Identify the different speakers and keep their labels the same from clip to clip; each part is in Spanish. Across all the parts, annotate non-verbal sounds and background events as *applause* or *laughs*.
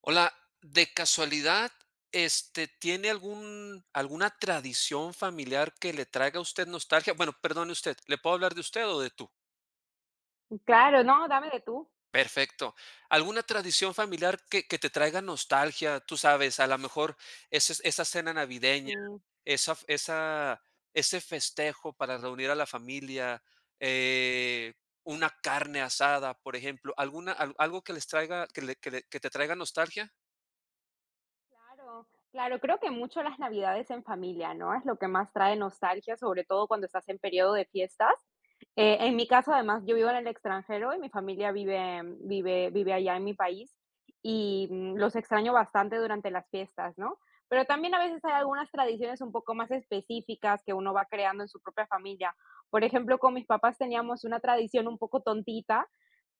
Speaker 1: Hola, de casualidad, ¿tiene algún alguna tradición familiar que le traiga a usted nostalgia? Bueno, perdone usted, ¿le puedo hablar de usted o de tú?
Speaker 2: Claro, no, dame de tú.
Speaker 1: Perfecto. ¿Alguna tradición familiar que te traiga nostalgia? Tú sabes, a lo mejor ese esa cena
Speaker 2: Sí,
Speaker 1: navideña, esa f esa ese festejo para reunir a la familia, eh, una carne asada, por ejemplo, ¿alguna al algo que les traiga que te traiga nostalgia?
Speaker 2: claro, claro, creo que mucho las Navidades en familia, ¿no? Es lo que más trae nostalgia, sobre todo cuando estás en periodo de fiestas. En mi caso, además, yo vivo en el extranjero y mi familia vive allá en mi país, y, los extraño bastante durante las fiestas, ¿no? Pero también a veces hay algunas tradiciones un poco más específicas que uno va creando en su propia familia. Por ejemplo, con mis papás teníamos una tradición un poco tontita,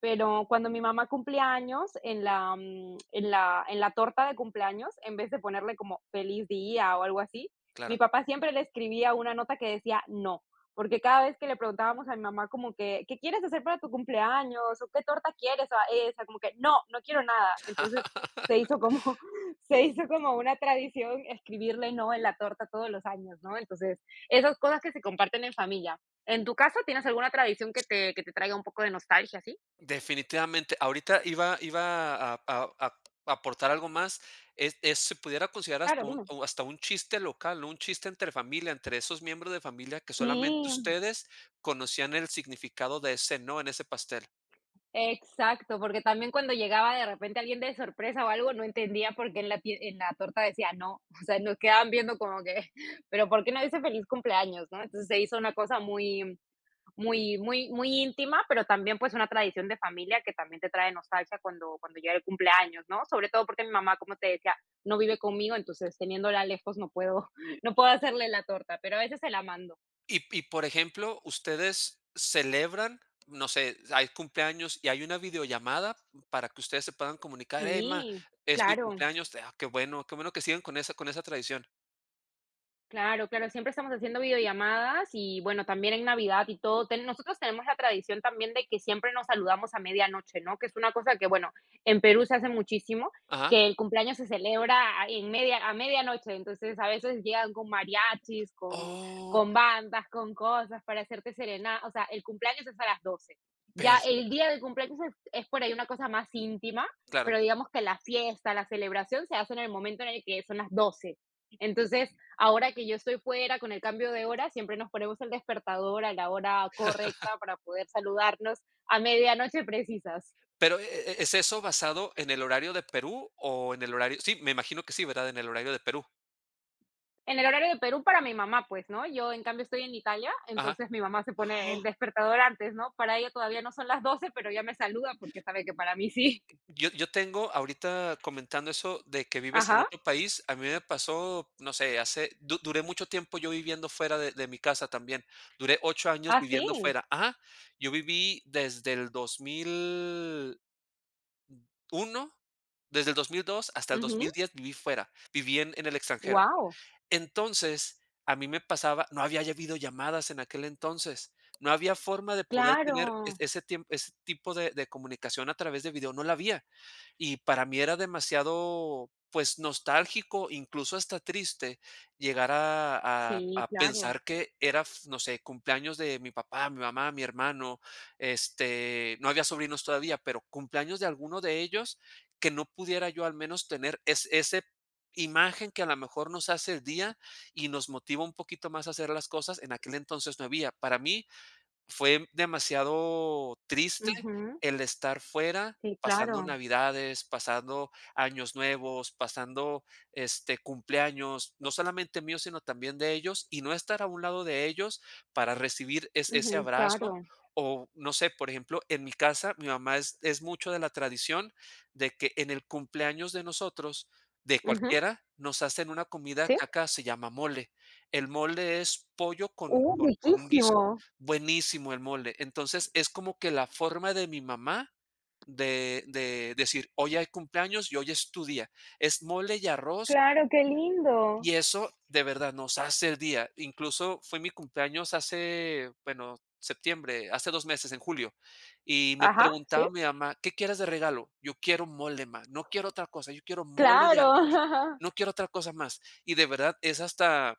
Speaker 2: pero cuando mi mamá cumplía años, en la torta de cumpleaños, en vez de ponerle como feliz día o algo así, mi
Speaker 1: Claro.
Speaker 2: papá siempre le escribía una nota que decía no, porque cada vez que le preguntábamos a mi mamá como que, ¿qué quieres hacer para tu cumpleaños? ¿O qué torta quieres? O esa, como que no, no quiero nada. Entonces se hizo como, *laughs* se hizo como una tradición escribirle no en la torta todos los años, ¿no? Entonces, esas cosas que se comparten en familia. ¿En tu caso tienes alguna tradición que te traiga un poco de nostalgia? Sí.
Speaker 1: Definitivamente. Ahorita iba a aportar algo más. Es se pudiera considerar
Speaker 2: Claro,
Speaker 1: hasta un
Speaker 2: dime.
Speaker 1: o hasta un chiste local, ¿no? Un chiste entre familia, entre esos miembros de familia que solamente
Speaker 2: Sí,
Speaker 1: ustedes conocían el significado de ese no en ese pastel.
Speaker 2: exacto, porque también cuando llegaba de repente alguien de sorpresa o algo, no entendía por qué en la tie en la torta decía no, *laughs* o sea, nos quedaban viendo como que, *laughs* pero ¿por qué no dice feliz cumpleaños? ¿No? Entonces se hizo una cosa muy muy íntima, pero también, pues, una tradición de familia que también te trae nostalgia cuando llega el cumpleaños, ¿no? Sobre todo porque mi mamá, como te decía, no vive conmigo, entonces teniéndola lejos no puedo *laughs* no puedo hacerle la torta, pero a veces se la mando.
Speaker 1: Y, por ejemplo, ustedes celebran, no sé, hay cumpleaños y hay una videollamada para que ustedes se puedan comunicar: "Hey, ma,
Speaker 2: Sí,
Speaker 1: es mi
Speaker 2: claro.
Speaker 1: cumpleaños". Ah, qué bueno que sigan con esa tradición.
Speaker 2: Claro, claro, siempre estamos haciendo videollamadas y bueno, también en Navidad y todo. Nosotros tenemos la tradición también de que siempre nos saludamos a medianoche, ¿no? Que es una cosa que, bueno, en Perú se hace muchísimo,
Speaker 1: Ajá.
Speaker 2: que el cumpleaños se celebra a medianoche. Entonces, a veces llegan con mariachis,
Speaker 1: Oh,
Speaker 2: con bandas, con cosas para hacerte serenar. O sea, el cumpleaños es a las 12. Ya el
Speaker 1: perfecto.
Speaker 2: día del cumpleaños es por ahí una cosa más íntima,
Speaker 1: Claro.
Speaker 2: pero digamos que la fiesta, la celebración se hace en el momento en el que son las 12. Entonces, ahora que yo estoy fuera con el cambio de hora, siempre nos ponemos el despertador a la hora correcta para poder saludarnos a medianoche precisas.
Speaker 1: Pero, ¿es eso basado en el horario de Perú o en el horario? Sí, me imagino que sí, ¿verdad? En el horario de Perú.
Speaker 2: En el horario de Perú para mi mamá, pues, ¿no? Yo, en cambio, estoy en Italia,
Speaker 1: Ajá.
Speaker 2: entonces mi mamá se pone
Speaker 1: ¡Oh!
Speaker 2: el despertador antes, ¿no? Para ella todavía no son las 12 pero ya me saluda porque sabe que para mí sí.
Speaker 1: Yo tengo ahorita comentando eso de que
Speaker 2: *laughs*
Speaker 1: vives en
Speaker 2: Ajá.
Speaker 1: otro país, a mí me pasó, no sé, hace du duré mucho tiempo yo viviendo fuera de mi casa también. Duré 8 años
Speaker 2: Ah,
Speaker 1: viviendo
Speaker 2: sí.
Speaker 1: fuera. Ajá. Yo viví uno, desde el 2002 hasta el dos
Speaker 2: Ujú.
Speaker 1: mil diez viví fuera, viví en el extranjero.
Speaker 2: Guau.
Speaker 1: Entonces, a mí me pasaba no había ya videollamadas en aquel entonces, no había forma de poder tener es
Speaker 2: Claro.
Speaker 1: ese tiemp ese tipo de comunicación a través de video, no la había. Y para mí era demasiado, pues, nostálgico, incluso hasta triste, llegar a a
Speaker 2: Sí,
Speaker 1: a
Speaker 2: claro.
Speaker 1: pensar que era, f no sé, cumpleaños de mi papá, mi mamá, mi hermano, no había sobrinos todavía, pero cumpleaños de alguno de ellos, que no pudiera yo al menos tener es ese imagen que a lo mejor nos hace el día y nos motiva un poquito más a hacer las cosas, en aquel entonces no había. Para mí, fue demasiado triste
Speaker 2: Ujú.
Speaker 1: el estar fuera,
Speaker 2: Sí,
Speaker 1: pasando
Speaker 2: claro.
Speaker 1: Navidades, pasando Años Nuevos, pasando, cumpleaños, no solamente míos, sino también de ellos, y no estar a un lado de ellos para recibir es ese
Speaker 2: Ujú,
Speaker 1: abrazo,
Speaker 2: claro.
Speaker 1: o no sé, por ejemplo, en mi casa, mi mamá es mucho de la tradición de que en el cumpleaños de nosotros, de
Speaker 2: Ujú.
Speaker 1: cualquiera, nos hacen una comida
Speaker 2: ¿Sí?
Speaker 1: que acá se llama mole. El mole es pollo con
Speaker 2: ¡Uh,
Speaker 1: con con un guiso.
Speaker 2: riquísimo!
Speaker 1: Buenísimo el mole. Entonces, es como que la forma de mi mamá de decir: "Hoy hay cumpleaños y hoy es tu día". Es mole y arroz,
Speaker 2: Claro, qué lindo.
Speaker 1: y eso de verdad nos hace el día. Incluso fue mi cumpleaños hace, bueno, septiembre, hace 2 meses, en julio, y me
Speaker 2: Ajá, sí,
Speaker 1: preguntaba mi mamá: "¿Qué quieres de regalo?". "Yo quiero mole, ma, no quiero otra cosa, yo quiero mole y arroz,
Speaker 2: claro.
Speaker 1: no
Speaker 2: *laughs*
Speaker 1: quiero otra cosa más". Y de verdad es hasta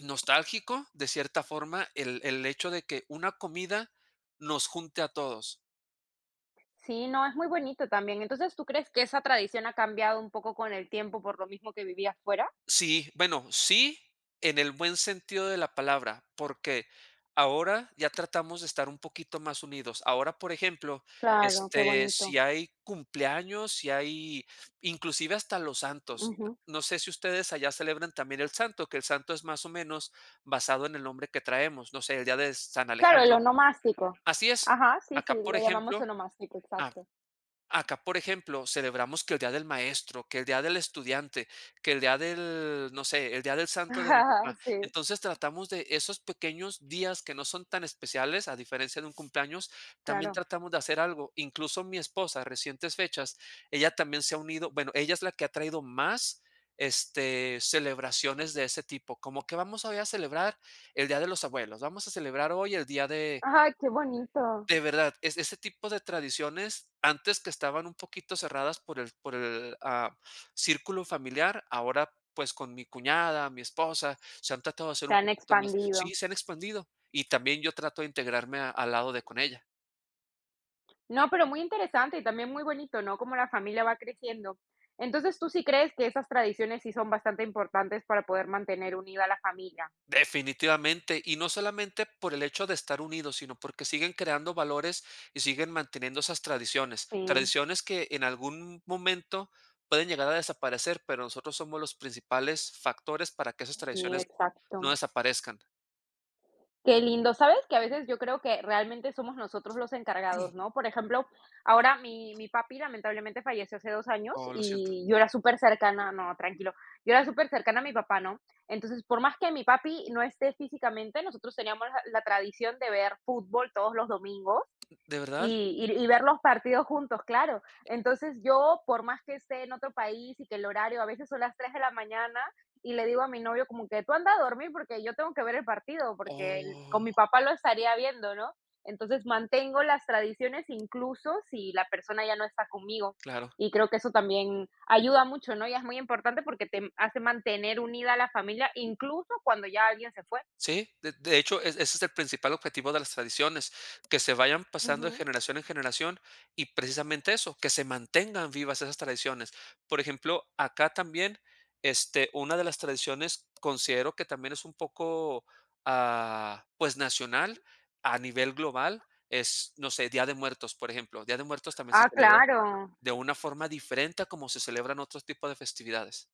Speaker 1: nostálgico, de cierta forma, el hecho de que una comida nos junte a todos.
Speaker 2: Sí, no, es muy bonito también. Entonces, ¿tú crees que esa tradición ha cambiado un poco con el tiempo por lo mismo que vivías fuera?
Speaker 1: Sí, bueno, sí, en el buen sentido de la palabra, porque ahora ya tratamos de estar un poquito más unidos. Ahora, por ejemplo,
Speaker 2: Claro, qué bonito.
Speaker 1: si hay cumpleaños, si hay inclusive hasta los santos.
Speaker 2: Ujú.
Speaker 1: No sé si ustedes allá celebran también el santo, que el santo es más o menos basado en el nombre que traemos, no sé, el día de San
Speaker 2: Claro, el
Speaker 1: Alejandro.
Speaker 2: onomástico.
Speaker 1: Así es.
Speaker 2: Ajá, sí, sí,
Speaker 1: Acá, por
Speaker 2: le llamamos
Speaker 1: ejemplo
Speaker 2: onomástico, exacto.
Speaker 1: Acá, por ejemplo, celebramos que el día del maestro, que el día del estudiante, que el día del, no sé, el día del
Speaker 2: *laughs*
Speaker 1: santo de mi
Speaker 2: Ajá,
Speaker 1: papá.
Speaker 2: sí,
Speaker 1: Entonces, tratamos de esos pequeños días que no son tan especiales, a diferencia de un cumpleaños, también
Speaker 2: claro.
Speaker 1: tratamos de hacer algo. Incluso mi esposa, recientes fechas, ella también se ha unido, bueno, ella es la que ha traído más, celebraciones de ese tipo, como que vamos hoy a celebrar el día de los abuelos, vamos a celebrar hoy el día
Speaker 2: Ajá, qué bonito.
Speaker 1: de verdad, es ese tipo de tradiciones, antes que estaban un poquito cerradas por el, círculo familiar, ahora, pues, con mi cuñada, mi esposa, se han tratado de hacer
Speaker 2: Se
Speaker 1: un
Speaker 2: han
Speaker 1: poquito más
Speaker 2: expandido.
Speaker 1: sí, se han expandido, y también yo trato de integrarme a al lado de con ella.
Speaker 2: No, pero muy interesante y también muy bonito, ¿no? Cómo la familia va creciendo. Entonces, ¿tú sí crees que esas tradiciones sí son bastante importantes para poder mantener unida a la familia?
Speaker 1: Definitivamente, y no solamente por el hecho de estar unidos, sino porque siguen creando valores y siguen manteniendo esas tradiciones,
Speaker 2: Sí.
Speaker 1: tradiciones que en algún momento pueden llegar a desaparecer, pero nosotros somos los principales factores para que esas
Speaker 2: Sí,
Speaker 1: tradiciones no
Speaker 2: exacto.
Speaker 1: desaparezcan.
Speaker 2: Qué lindo. ¿Sabes? Que a veces yo creo que realmente somos nosotros los encargados, ¿no?
Speaker 1: *clears throat*
Speaker 2: Por ejemplo, ahora mi papi lamentablemente falleció hace 2 años
Speaker 1: Oh, lo siento.
Speaker 2: y yo era súper cercana, no, tranquilo, yo era súper cercana a mi papá, ¿no? Entonces, por más que mi papi no esté físicamente, nosotros teníamos la tradición de ver fútbol todos los domingos
Speaker 1: ¿De verdad?
Speaker 2: y ver los partidos juntos, claro. Entonces yo, por más que esté en otro país y que el horario a veces son las 3 de la mañana, y le digo a mi novio como que tú anda a dormir porque yo tengo que ver el partido, porque el-
Speaker 1: Oh,
Speaker 2: con mi papá lo estaría viendo, ¿no? Entonces mantengo las tradiciones incluso si la persona ya no está conmigo.
Speaker 1: claro.
Speaker 2: Y creo que eso también ayuda mucho, ¿no? Y es muy importante porque te hace mantener unida a la familia incluso cuando ya alguien se fue.
Speaker 1: Sí, de hecho, es ese es el principal objetivo de las tradiciones, que se vayan pasando de
Speaker 2: Ujú.
Speaker 1: generación en generación y precisamente eso, que se mantengan vivas esas tradiciones. Por ejemplo, acá también, una de las tradiciones considero que también es un poco, pues, nacional a nivel global, es, no sé, Día de Muertos, por ejemplo. Día de Muertos también se
Speaker 2: Ah,
Speaker 1: celebra
Speaker 2: claro.
Speaker 1: de una forma diferente a como se celebran otros tipos de festividades.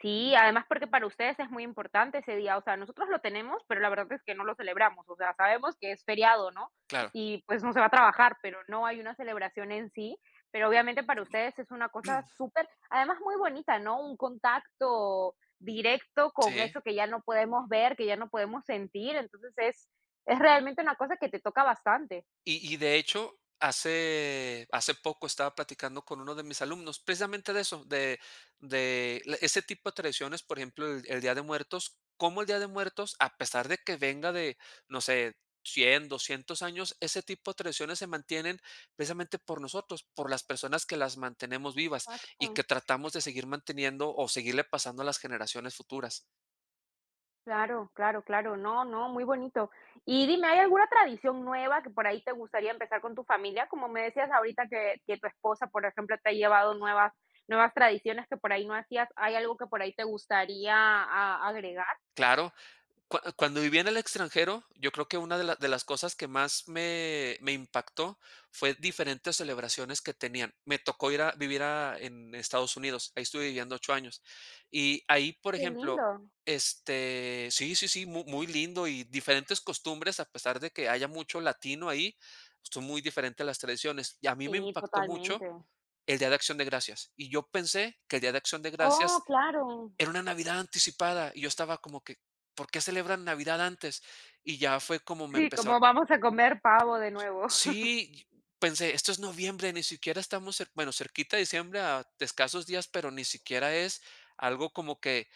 Speaker 2: Sí, además porque para ustedes es muy importante ese día, o sea, nosotros lo tenemos, pero la verdad es que no lo celebramos, o sea, sabemos que es feriado, ¿no?
Speaker 1: Claro.
Speaker 2: Y pues no se va a trabajar, pero no hay una celebración en sí, pero obviamente para ustedes es una cosa
Speaker 1: *clears throat*
Speaker 2: súper, además muy bonita, ¿no? Un contacto directo con
Speaker 1: Sí.
Speaker 2: eso que ya no podemos ver, que ya no podemos sentir, entonces es realmente una cosa que te toca bastante.
Speaker 1: Y de hecho, hace poco estaba platicando con uno de mis alumnos, precisamente de eso, de la ese tipo de tradiciones, por ejemplo, el Día de Muertos, cómo el Día de Muertos, a pesar de que venga de, no sé, 100 200 años, ese tipo de tradiciones se mantienen precisamente por nosotros, por las personas que las mantenemos vivas y
Speaker 2: Exacto.
Speaker 1: que tratamos de seguir manteniendo o seguirle pasando a las generaciones futuras.
Speaker 2: Claro, claro, claro. No, no, muy bonito. Y dime, ¿hay alguna tradición nueva que por ahí te gustaría empezar con tu familia? Como me decías ahorita que tu esposa, por ejemplo, te ha llevado nuevas, nuevas tradiciones que por ahí no hacías. ¿Hay algo que por ahí te gustaría agregar?
Speaker 1: Claro, cuando viví en el extranjero, yo creo que una de las cosas que más me impactó fue diferentes celebraciones que tenían. Me tocó ir a vivir a en Estados Unidos, ahí estuve viviendo 8 años. Y ahí, por
Speaker 2: Qué
Speaker 1: ejemplo,
Speaker 2: lindo.
Speaker 1: sí, sí, sí, mu muy lindo y diferentes costumbres, a pesar de que haya mucho latino ahí, son muy diferentes las tradiciones. Y a mí me
Speaker 2: Sí,
Speaker 1: impactó mucho
Speaker 2: totalmente.
Speaker 1: el Día de Acción de Gracias, y yo pensé que el Día de Acción de
Speaker 2: Oh,
Speaker 1: Gracias
Speaker 2: claro.
Speaker 1: era una Navidad anticipada y yo estaba como que, ¿por qué celebran Navidad antes? Y ya fue como me
Speaker 2: Sí,
Speaker 1: empezaron.
Speaker 2: como vamos a comer pavo de nuevo. *laughs*
Speaker 1: Sí, pensé, esto es noviembre, ni siquiera estamos, bueno, cerquita de diciembre a escasos días, pero ni siquiera es algo como que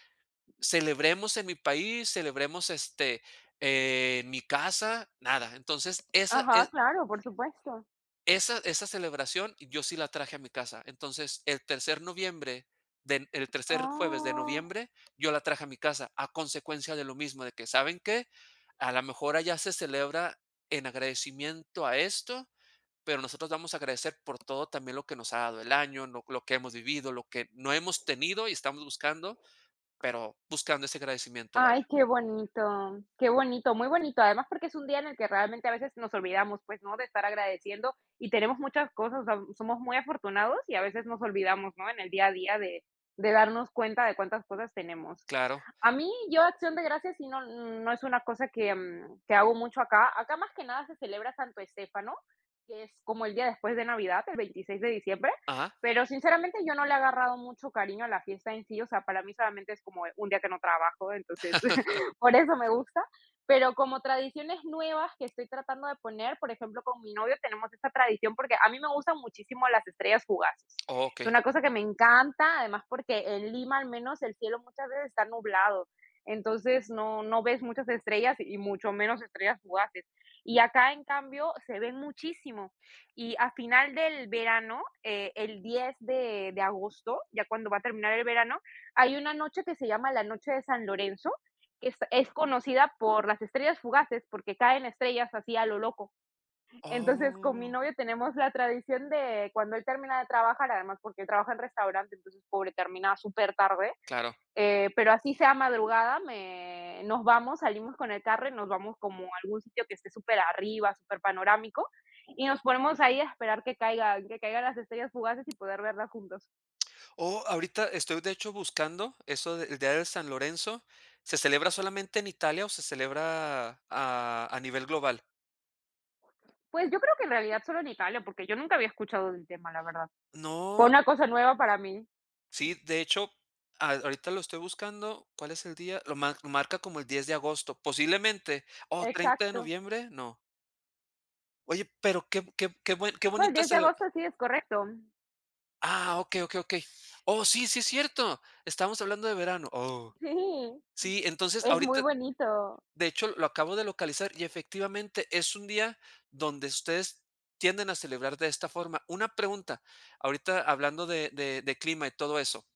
Speaker 1: celebremos en mi país, celebremos en mi casa, nada. Entonces, esa,
Speaker 2: Ajá,
Speaker 1: e-
Speaker 2: claro, por supuesto.
Speaker 1: Esa esa celebración yo sí la traje a mi casa. Entonces, el tercer jueves de
Speaker 2: Oh.
Speaker 1: noviembre, yo la traje a mi casa, a consecuencia de lo mismo, de que, ¿saben qué? A lo mejor allá se celebra en agradecimiento a esto, pero nosotros vamos a agradecer por todo también lo que nos ha dado el año, lo que hemos vivido, lo que no hemos tenido y estamos buscando, pero buscando ese agradecimiento,
Speaker 2: Ay,
Speaker 1: vaya.
Speaker 2: qué bonito, muy bonito. Además, porque es un día en el que realmente a veces nos olvidamos, pues, ¿no? De estar agradeciendo y tenemos muchas cosas, o sea, somos muy afortunados y a veces nos olvidamos, ¿no? En el día a día de darnos cuenta de cuántas cosas tenemos.
Speaker 1: Claro.
Speaker 2: A mí, yo Acción de Gracias sí no, no es una cosa que, que hago mucho acá. Acá más que nada se celebra Santo Estéfano, que es como el día después de Navidad, el 26 de diciembre,
Speaker 1: Ajá.
Speaker 2: pero sinceramente yo no le he agarrado mucho cariño a la fiesta en sí, o sea, para mí solamente es como un día que no trabajo, entonces
Speaker 1: *laughs*
Speaker 2: *laughs* por eso me gusta, pero como tradiciones nuevas que estoy tratando de poner, por ejemplo, con mi novio tenemos esta tradición porque a mí me gustan muchísimo las estrellas fugaces. Es
Speaker 1: Okey.
Speaker 2: una cosa que me encanta, además porque en Lima al menos el cielo muchas veces está nublado, entonces no, no ves muchas estrellas y mucho menos estrellas fugaces. Y acá en cambio se ven muchísimo. Y a final del verano, el 10 de agosto, ya cuando va a terminar el verano, hay una noche que se llama la Noche de San Lorenzo, que es conocida por las estrellas fugaces, porque caen estrellas así a lo loco. Entonces, con mi
Speaker 1: Oh,
Speaker 2: novio tenemos la tradición de cuando él termina de trabajar, además porque él trabaja en restaurante, entonces pobre, termina súper tarde,
Speaker 1: claro.
Speaker 2: pero así sea madrugada, me, nos vamos, salimos con el carro y nos vamos como a algún sitio que esté súper arriba, súper panorámico, y nos ponemos ahí a esperar que caigan las estrellas fugaces y poder verlas juntos.
Speaker 1: Oh, ahorita estoy de hecho buscando eso del Día de San Lorenzo. ¿Se celebra solamente en Italia o se celebra a nivel global?
Speaker 2: Pues yo creo que en realidad solo en Italia, porque yo nunca había escuchado del tema, la verdad. Fue
Speaker 1: No,
Speaker 2: una cosa nueva para mí.
Speaker 1: sí, de hecho, ahorita lo estoy buscando. ¿Cuál es el día? Lo marca como el 10 de agosto, posiblemente. Oh, treinta de
Speaker 2: Exacto.
Speaker 1: noviembre, no. Oye, pero qué
Speaker 2: No, el
Speaker 1: bonita
Speaker 2: 10 de agosto
Speaker 1: celebración.
Speaker 2: sí es correcto.
Speaker 1: Ah, ok, ok, ok. Oh, sí, sí es cierto. Estábamos hablando de verano. Oh,
Speaker 2: Sí,
Speaker 1: sí, entonces
Speaker 2: es muy
Speaker 1: ahorita
Speaker 2: bonito.
Speaker 1: de hecho, lo acabo de localizar y efectivamente es un día donde ustedes tienden a celebrar de esta forma. Una pregunta, ahorita hablando de clima y todo eso,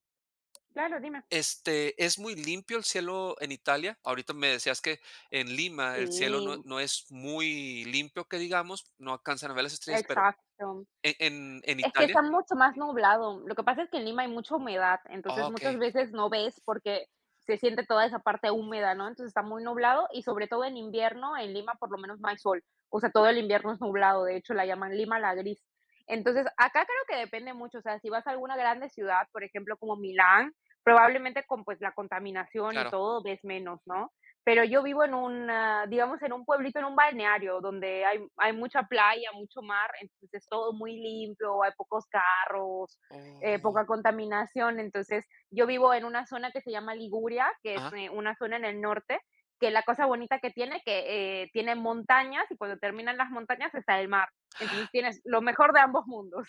Speaker 2: Claro, dime.
Speaker 1: ¿es muy limpio el cielo en Italia? Ahorita me decías que en Lima el cielo no,
Speaker 2: Sí,
Speaker 1: no es muy limpio, que digamos, no alcanzan a ver las estrellas, pero
Speaker 2: exacto.
Speaker 1: ¿en
Speaker 2: Es que está
Speaker 1: Italia?
Speaker 2: mucho más nublado. Lo que pasa es que en Lima hay mucha humedad,
Speaker 1: Ah,
Speaker 2: entonces
Speaker 1: ok,
Speaker 2: muchas veces no ves porque se siente toda esa parte húmeda, ¿no? Entonces está muy nublado y sobre todo en invierno, en Lima por lo menos no hay sol. O sea, todo el invierno es nublado, de hecho la llaman Lima la gris. Entonces, acá creo que depende mucho, o sea, si vas a alguna grande ciudad, por ejemplo, como Milán, probablemente con pues la contaminación y
Speaker 1: claro.
Speaker 2: todo ves menos, ¿no? Pero yo vivo en una digamos, en un pueblito, en un balneario, donde hay mucha playa, mucho mar, entonces es todo muy limpio, hay pocos carros,
Speaker 1: Oh,
Speaker 2: poca contaminación. Entonces, yo vivo en una zona que se llama Liguria, que es,
Speaker 1: ah,
Speaker 2: una zona en el norte, que la cosa bonita que, tiene montañas, y cuando terminan las montañas está el mar. Entonces, tienes lo mejor de ambos mundos.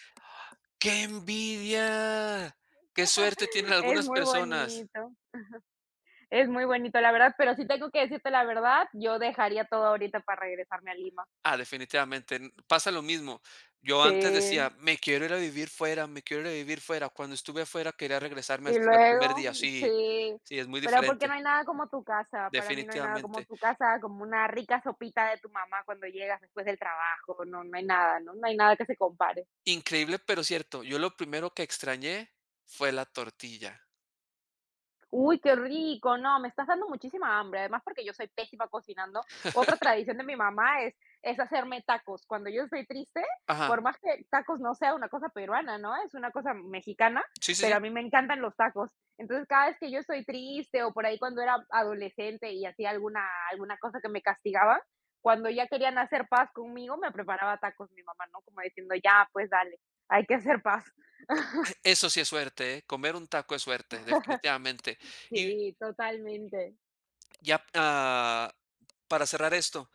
Speaker 1: ¡Qué envidia! ¡Qué suerte tienen
Speaker 2: *laughs* Es
Speaker 1: algunas
Speaker 2: muy
Speaker 1: personas!
Speaker 2: bonito, es muy bonito, la verdad, pero sí tengo que decirte la verdad, yo dejaría todo ahorita para regresarme a Lima.
Speaker 1: Ah, definitivamente. Pasa lo mismo. Yo
Speaker 2: Sí,
Speaker 1: antes decía, me quiero ir a vivir fuera, me quiero ir a vivir fuera. Cuando estuve afuera quería regresarme al,
Speaker 2: y
Speaker 1: al primer
Speaker 2: luego,
Speaker 1: día. Sí,
Speaker 2: sí,
Speaker 1: sí, es muy
Speaker 2: pero porque no
Speaker 1: diferente,
Speaker 2: hay nada como tu casa, para mí no hay nada como
Speaker 1: definitivamente.
Speaker 2: tu casa, como una rica sopita de tu mamá cuando llegas después del trabajo, no, no hay nada, ¿no? No hay nada que se compare.
Speaker 1: Increíble, pero cierto. Yo lo primero que extrañé fue la tortilla.
Speaker 2: Uy, qué rico. No, me estás dando muchísima hambre, además porque yo soy pésima cocinando. Otra tradición de mi mamá es hacerme tacos. Cuando yo estoy triste, por
Speaker 1: Ajá.
Speaker 2: más que tacos no sea una cosa peruana, ¿no? Es una cosa mexicana,
Speaker 1: Sí, sí,
Speaker 2: pero
Speaker 1: sí.
Speaker 2: a mí me encantan los tacos. Entonces, cada vez que yo estoy triste o por ahí cuando era adolescente y hacía alguna cosa que me castigaba, cuando ya querían hacer paz conmigo, me preparaba tacos mi mamá, ¿no? Como diciendo: "Ya, pues dale, hay que hacer paz".
Speaker 1: Eso sí es suerte, ¿eh? Comer un taco es suerte, definitivamente.
Speaker 2: *laughs*
Speaker 1: Y
Speaker 2: Sí, totalmente.
Speaker 1: ya, para cerrar esto,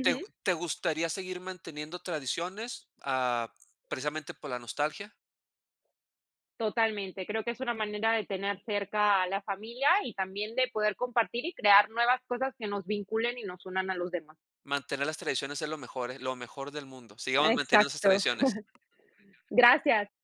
Speaker 1: ¿te, te gustaría seguir manteniendo tradiciones, precisamente por la nostalgia?
Speaker 2: Totalmente, creo que es una manera de tener cerca a la familia y también de poder compartir y crear nuevas cosas que nos vinculen y nos unan a los demás.
Speaker 1: Mantener las tradiciones es lo mejor del mundo. Sigamos manteniendo esas
Speaker 2: Exacto. *laughs*
Speaker 1: tradiciones.
Speaker 2: Gracias.